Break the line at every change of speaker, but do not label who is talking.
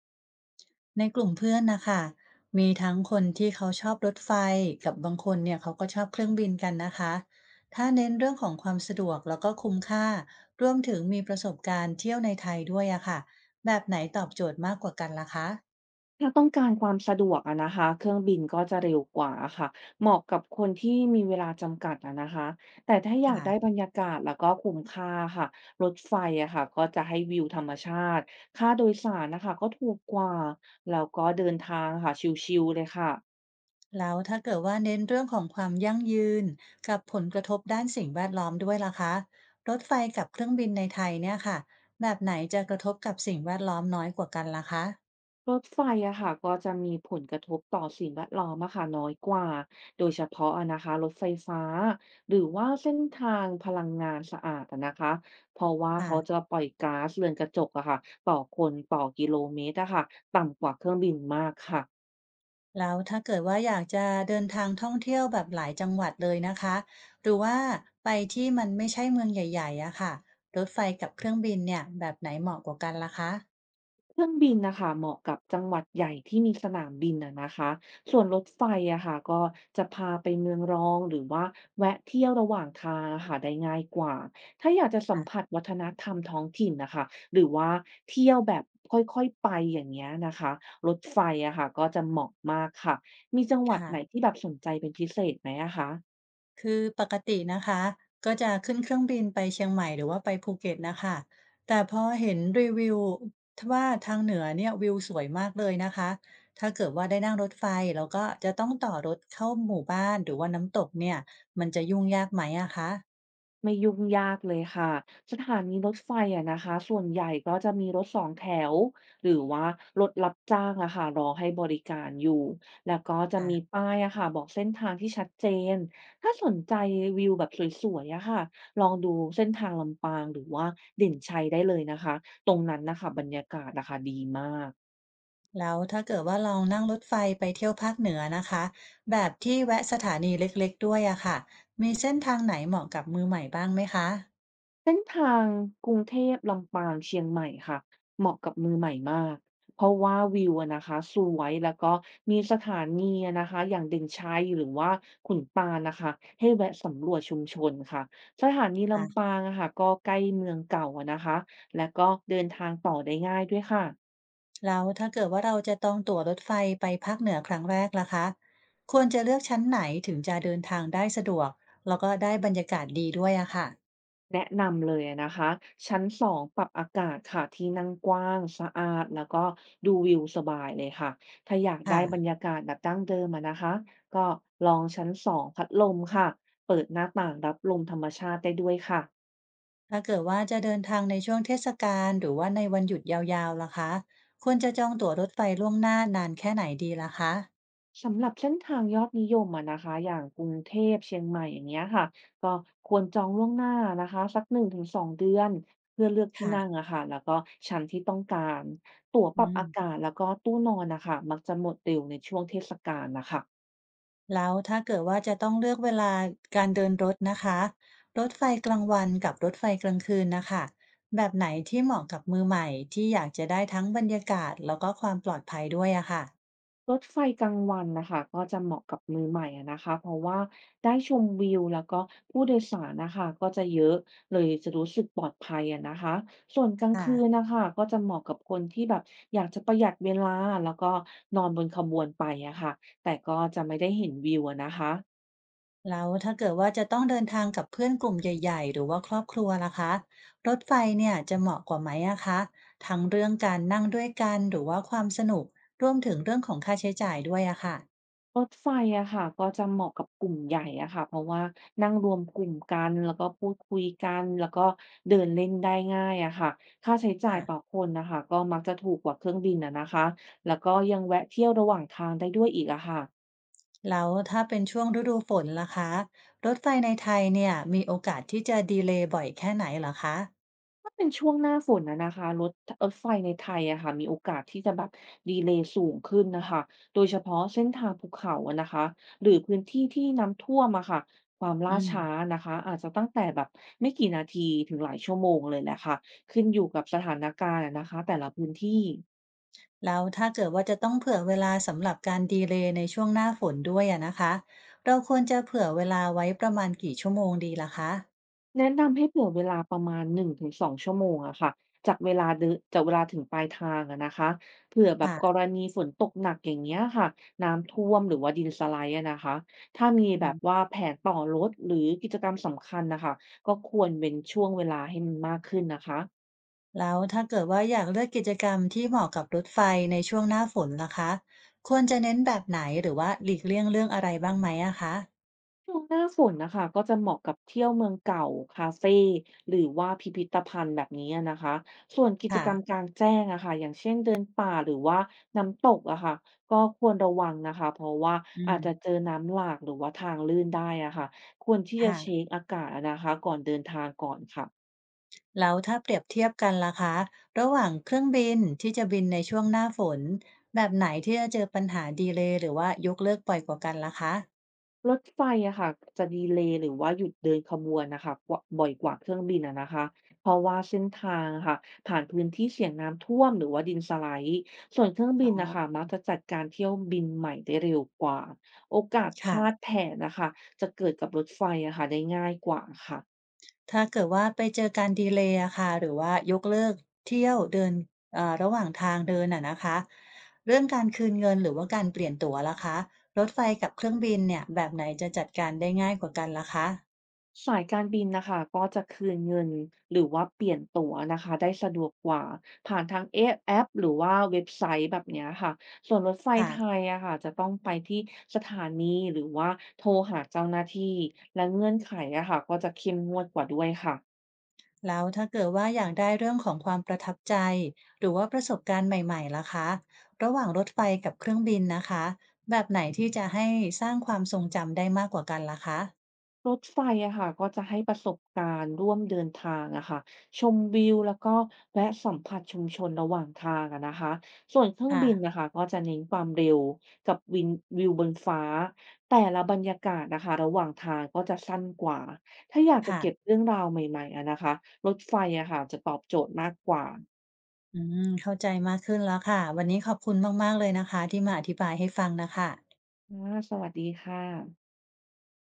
ในกลุ่มเพื่อนนะคะมีทั้งคนที่เขาชอบรถไฟกับบางคนเนี่ยเขาก็ชอบเครื่องบินกันนะคะถ้าเน้นเรื่องของความสะดวกแล้วก็คุ้มค่ารวมถึงมีประสบการณ์เที่ยวในไทยด้วยอะค่ะแบบไหนตอบโจทย์มากกว่ากันล่ะคะ
ถ้าต้องการความสะดวกอะนะคะเครื่องบินก็จะเร็วกว่าค่ะ เหมาะกับคนที่มีเวลาจำกัดอะนะคะแต่ถ้าอยาก
ค่ะ
ได้บรรยากาศแล้วก็คุ้มค่าค่ะ รถไฟอะค่ะก็จะให้วิวธรรมชาติ ค่าโดยสารนะคะก็ถูกกว่า แล้วก็เดินทางค่ะชิลๆเลยค่ะ
แล้วถ้าเกิดว่าเน้นเรื่องของความยั่งยืนกับผลกระทบด้านสิ่งแวดล้อมด้วยล่ะคะรถไฟกับเครื่องบินในไทยเนี่ยค่ะแบบไหนจะกระทบกับสิ่งแวดล้อมน้อยกว่ากันล่ะคะ
รถไฟอะค่ะก็จะมีผลกระทบต่อสิ่งแวดล้อมอะค่ะน้อยกว่าโดยเฉพาะอะนะคะรถไฟฟ้าหรือว่าเส้นทางพลังงานสะอาดอะนะคะเพราะว่า
ค่ะ
เขาจะปล่อยก๊าซเรือนกระจกอะค่ะต่อคนต่อกิโลเมตรอะค่ะต่ำกว่าเครื่องบินมากค่ะ
แล้วถ้าเกิดว่าอยากจะเดินทางท่องเที่ยวแบบหลายจังหวัดเลยนะคะหรือว่าไปที่มันไม่ใช่เมืองใหญ่ๆอะค่ะรถไฟกับเครื่องบินเนี่ยแบบไหนเหมาะกว่ากันล่ะคะ
เครื่องบินนะคะเหมาะกับจังหวัดใหญ่ที่มีสนามบินอะนะคะส่วนรถไฟอะค่ะก็จะพาไปเมืองรองหรือว่าแวะเที่ยวระหว่างทางอะค่ะได้ง่ายกว่าถ้าอยากจะสัมผั
ค่ะ
สวัฒนธรรมท้องถิ่นนะคะหรือว่าเที่ยวแบบค่อยๆไปอย่างเงี้ยนะคะรถไฟอะค่ะก็จะเหมาะมากค่ะมีจังหวัดไหน
ค่ะ
ที่แบบสนใจเป็นพิเศษไหมอะคะ
คือปกตินะคะก็จะขึ้นเครื่องบินไปเชียงใหม่หรือว่าไปภูเก็ตนะคะแต่พอเห็นรีวิวทว่าทางเหนือเนี่ยวิวสวยมากเลยนะคะถ้าเกิดว่าได้นั่งรถไฟแล้วก็จะต้องต่อรถเข้าหมู่บ้านหรือว่าน้ำตกเนี่ยมันจะยุ่งยากไหมอะคะ
ไม่ยุ่งยากเลยค่ะสถานีรถไฟอะนะคะส่วนใหญ่ก็จะมีรถสองแถวหรือว่ารถรับจ้างอะค่ะรอให้บริการอยู่แล้วก็จะมี
ค่ะ
ป้ายอะค่ะบอกเส้นทางที่ชัดเจนถ้าสนใจวิวแบบสวยๆอะค่ะลองดูเส้นทางลำปางหรือว่าเด่นชัยได้เลยนะคะตรงนั้นนะคะบรรยากาศอะค่ะดีมาก
แล้วถ้าเกิดว่าเรานั่งรถไฟไปเที่ยวภาคเหนือนะคะแบบที่แวะสถานีเล็กๆด้วยอะค่ะมีเส้นทางไหนเหมาะกับมือใหม่บ้างไหมคะ
เส้นทางกรุงเทพลำปางเชียงใหม่ค่ะเหมาะกับมือใหม่มากเพราะว่าวิวอะนะคะสวยแล้วก็มีสถานีอะนะคะอย่างเด่นชัยหรือว่าขุนปานนะคะให้แวะสำรวจชุมชนค่ะสถานี
อ่ะ
ลำปางอะค่ะก็ใกล้เมืองเก่าอะนะคะและก็เดินทางต่อได้ง่ายด้วยค่ะ
แล้วถ้าเกิดว่าเราจะต้องตั๋วรถไฟไปภาคเหนือครั้งแรกล่ะคะควรจะเลือกชั้นไหนถึงจะเดินทางได้สะดวกแล้วก็ได้บรรยากาศดีด้วยอะค่ะ
แนะนำเลยอะนะคะชั้น2ปรับอากาศค่ะที่นั่งกว้างสะอาดแล้วก็ดูวิวสบายเลยค่ะถ้าอยากได้
ค่ะ
บรรยากาศแบบดั้งเดิมอะนะคะก็ลองชั้น2พัดลมค่ะเปิดหน้าต่างรับลมธรรมชาติได้ด้วยค่ะ
ถ้าเกิดว่าจะเดินทางในช่วงเทศกาลหรือว่าในวันหยุดยาวๆล่ะคะควรจะจองตั๋วรถไฟล่วงหน้านานแค่ไหนดีล่ะคะ
สำหรับเส้นทางยอดนิยมอะนะคะอย่างกรุงเทพเชียงใหม่อย่างเงี้ยค่ะก็ควรจองล่วงหน้านะคะสัก1-2เดือนเพื่อเลือกที่
ค่ะ
นั่งอะค่ะแล้วก็ชั้นที่ต้องการตั๋วปรั
อื
บ
ม
อากาศแล้วก็ตู้นอนนะคะมักจะหมดเร็วในช่วงเทศกาลนะคะ
แล้วถ้าเกิดว่าจะต้องเลือกเวลาการเดินรถนะคะรถไฟกลางวันกับรถไฟกลางคืนนะคะแบบไหนที่เหมาะกับมือใหม่ที่อยากจะได้ทั้งบรรยากาศแล้วก็ความปลอดภัยด้วยอะค่ะ
รถไฟกลางวันนะคะก็จะเหมาะกับมือใหม่อะนะคะเพราะว่าได้ชมวิวแล้วก็ผู้โดยสารนะคะก็จะเยอะเลยจะรู้สึกปลอดภัยอะนะคะส่วนกลางคืน
ค่ะ
นะคะก็จะเหมาะกับคนที่แบบอยากจะประหยัดเวลาแล้วก็นอนบนขบวนไปอะค่ะแต่ก็จะไม่ได้เห็นวิวอะนะคะ
แล้วถ้าเกิดว่าจะต้องเดินทางกับเพื่อนกลุ่มใหญ่ๆหรือว่าครอบครัวล่ะคะรถไฟเนี่ยจะเหมาะกว่าไหมอะคะทั้งเรื่องการนั่งด้วยกันหรือว่าความสนุกรวมถึงเรื่องของค่าใช้จ่ายด้วยอะค่ะ
รถไฟอะค่ะก็จะเหมาะกับกลุ่มใหญ่อะค่ะเพราะว่านั่งรวมกลุ่มกันแล้วก็พูดคุยกันแล้วก็เดินเล่นได้ง่ายอะค่ะค่าใช้จ่ายต่อ
ค่ะ
คนน่ะค่ะก็มักจะถูกกว่าเครื่องบินอะนะคะแล้วก็ยังแวะเที่ยวระหว่างทางได้ด้วยอีกอะค่ะ
แล้วถ้าเป็นช่วงฤดูฝนล่ะคะรถไฟในไทยเนี่ยมีโอกาสที่จะดีเลย์บ่อยแค่ไหนเหรอคะ
เป็นช่วงหน้าฝนอะนะคะรถไฟในไทยอะค่ะมีโอกาสที่จะแบบดีเลย์สูงขึ้นน่ะค่ะโดยเฉพาะเส้นทางภูเขาอะนะคะหรือพื้นที่ที่น้ำท่วมอะค่ะความล่า
อืม
ช้านะคะอาจจะตั้งแต่แบบไม่กี่นาทีถึงหลายชั่วโมงเลยแหละค่ะขึ้นอยู่กับสถานการณ์อะนะคะแต่ละพื้นที่
แล้วถ้าเกิดว่าจะต้องเผื่อเวลาสำหรับการดีเลย์ในช่วงหน้าฝนด้วยอะนะคะเราควรจะเผื่อเวลาไว้ประมาณกี่ชั่วโมงดีล่ะคะ
แนะนำให้เผื่อเวลาประมาณ1-2ชั่วโมงอะค่ะจากเวลาเดอจากเวลาถึงปลายทางอะนะคะเผื่อแบบก
ค่ะ
รณีฝนตกหนักอย่างเงี้ยค่ะน้ำท่วมหรือว่าดินสไลด์อะนะคะถ้า
อื
มีแบบ
ม
ว่าแผนต่อรถหรือกิจกรรมสำคัญนะคะก็ควรเว้นช่วงเวลาให้มันมากขึ้นนะคะ
แล้วถ้าเกิดว่าอยากเลือกกิจกรรมที่เหมาะกับรถไฟในช่วงหน้าฝนล่ะคะควรจะเน้นแบบไหนหรือว่าหลีกเลี่ยงเรื่องอะไรบ้างไหมอะคะ
ช่วงหน้าฝนนะคะก็จะเหมาะกับเที่ยวเมืองเก่าคาเฟหรือว่าพิพิธภัณฑ์แบบนี้อะนะคะส่วนกิจ
ค่ะ
กรรมกลางแจ้งอะค่ะอย่างเช่นเดินป่าหรือว่าน้ำตกอะค่ะก็ควรระวังนะคะเพราะว่า
อื
อา
ม
จจะเจอน้ำหลากหรือว่าทางลื่นได้อะค่ะควรที่จะเช็
ค่ะ
คอากาศอะนะคะก่อนเดินทางก่อนค่ะ
แล้วถ้าเปรียบเทียบกันล่ะคะระหว่างเครื่องบินที่จะบินในช่วงหน้าฝนแบบไหนที่จะเจอปัญหาดีเลย์หรือว่ายกเลิกบ่อยกว่ากันล่ะคะ
รถไฟอะค่ะจะดีเลย์หรือว่าหยุดเดินขบวนนะคะกว่าบ่อยกว่าเครื่องบินอะนะคะเพราะว่าเส้นทางอะค่ะผ่านพื้นที่เสี่ยงน้ำท่วมหรือว่าดินสไลด์ส่วนเครื่องบิ
อ๋
น
อ
นะคะมักจะจัดการเที่ยวบินใหม่ได้เร็วกว่าโอกาสพ
ค่ะ
ลาดแผนน่ะคะจะเกิดกับรถไฟอะค่ะได้ง่ายกว่าค่ะ
ถ้าเกิดว่าไปเจอการดีเลย์อะค่ะหรือว่ายกเลิกเที่ยวเดินระหว่างทางเดินอะนะคะเรื่องการคืนเงินหรือว่าการเปลี่ยนตั๋วล่ะคะรถไฟกับเครื่องบินเนี่ยแบบไหนจะจัดการได้ง่ายกว่ากันล่ะคะ
สายการบินนะคะก็จะคืนเงินหรือว่าเปลี่ยนตั๋วนะคะได้สะดวกกว่าผ่านทางแอปหรือว่าเว็บไซต์แบบเนี้ยค่ะส่วนรถไฟ
ค่ะ
ไทยอะค่ะจะต้องไปที่สถานีหรือว่าโทรหาเจ้าหน้าที่และเงื่อนไขอะค่ะก็จะเข้มงวดกว่าด้วยค่ะ
แล้วถ้าเกิดว่าอยากได้เรื่องของความประทับใจหรือว่าประสบการณ์ใหม่ๆล่ะคะระหว่างรถไฟกับเครื่องบินนะคะแบบไหนที่จะให้สร้างความทรงจำได้มากกว่ากันล่ะคะ
รถไฟอะค่ะก็จะให้ประสบการณ์ร่วมเดินทางอะค่ะชมวิวแล้วก็แวะสัมผัสชุมชนระหว่างทางอะนะคะส่วนเครื่อง
ค่ะ
บินนะคะก็จะเน้นความเร็วกับวิวบนฟ้าแต่ละบรรยากาศนะคะระหว่างทางก็จะสั้นกว่าถ้าอยากจะเก็บ
ค่ะ
เรื่องราวใหม่ๆอะนะคะรถไฟอะค่ะจะตอบโจทย์มากกว่า
อืมเข้าใจมากขึ้นแล้วค่ะวันนี้ขอบคุณมากๆเลยนะคะที่มาอธิบายให้ฟังนะคะ
อาสวัสดีค่ะ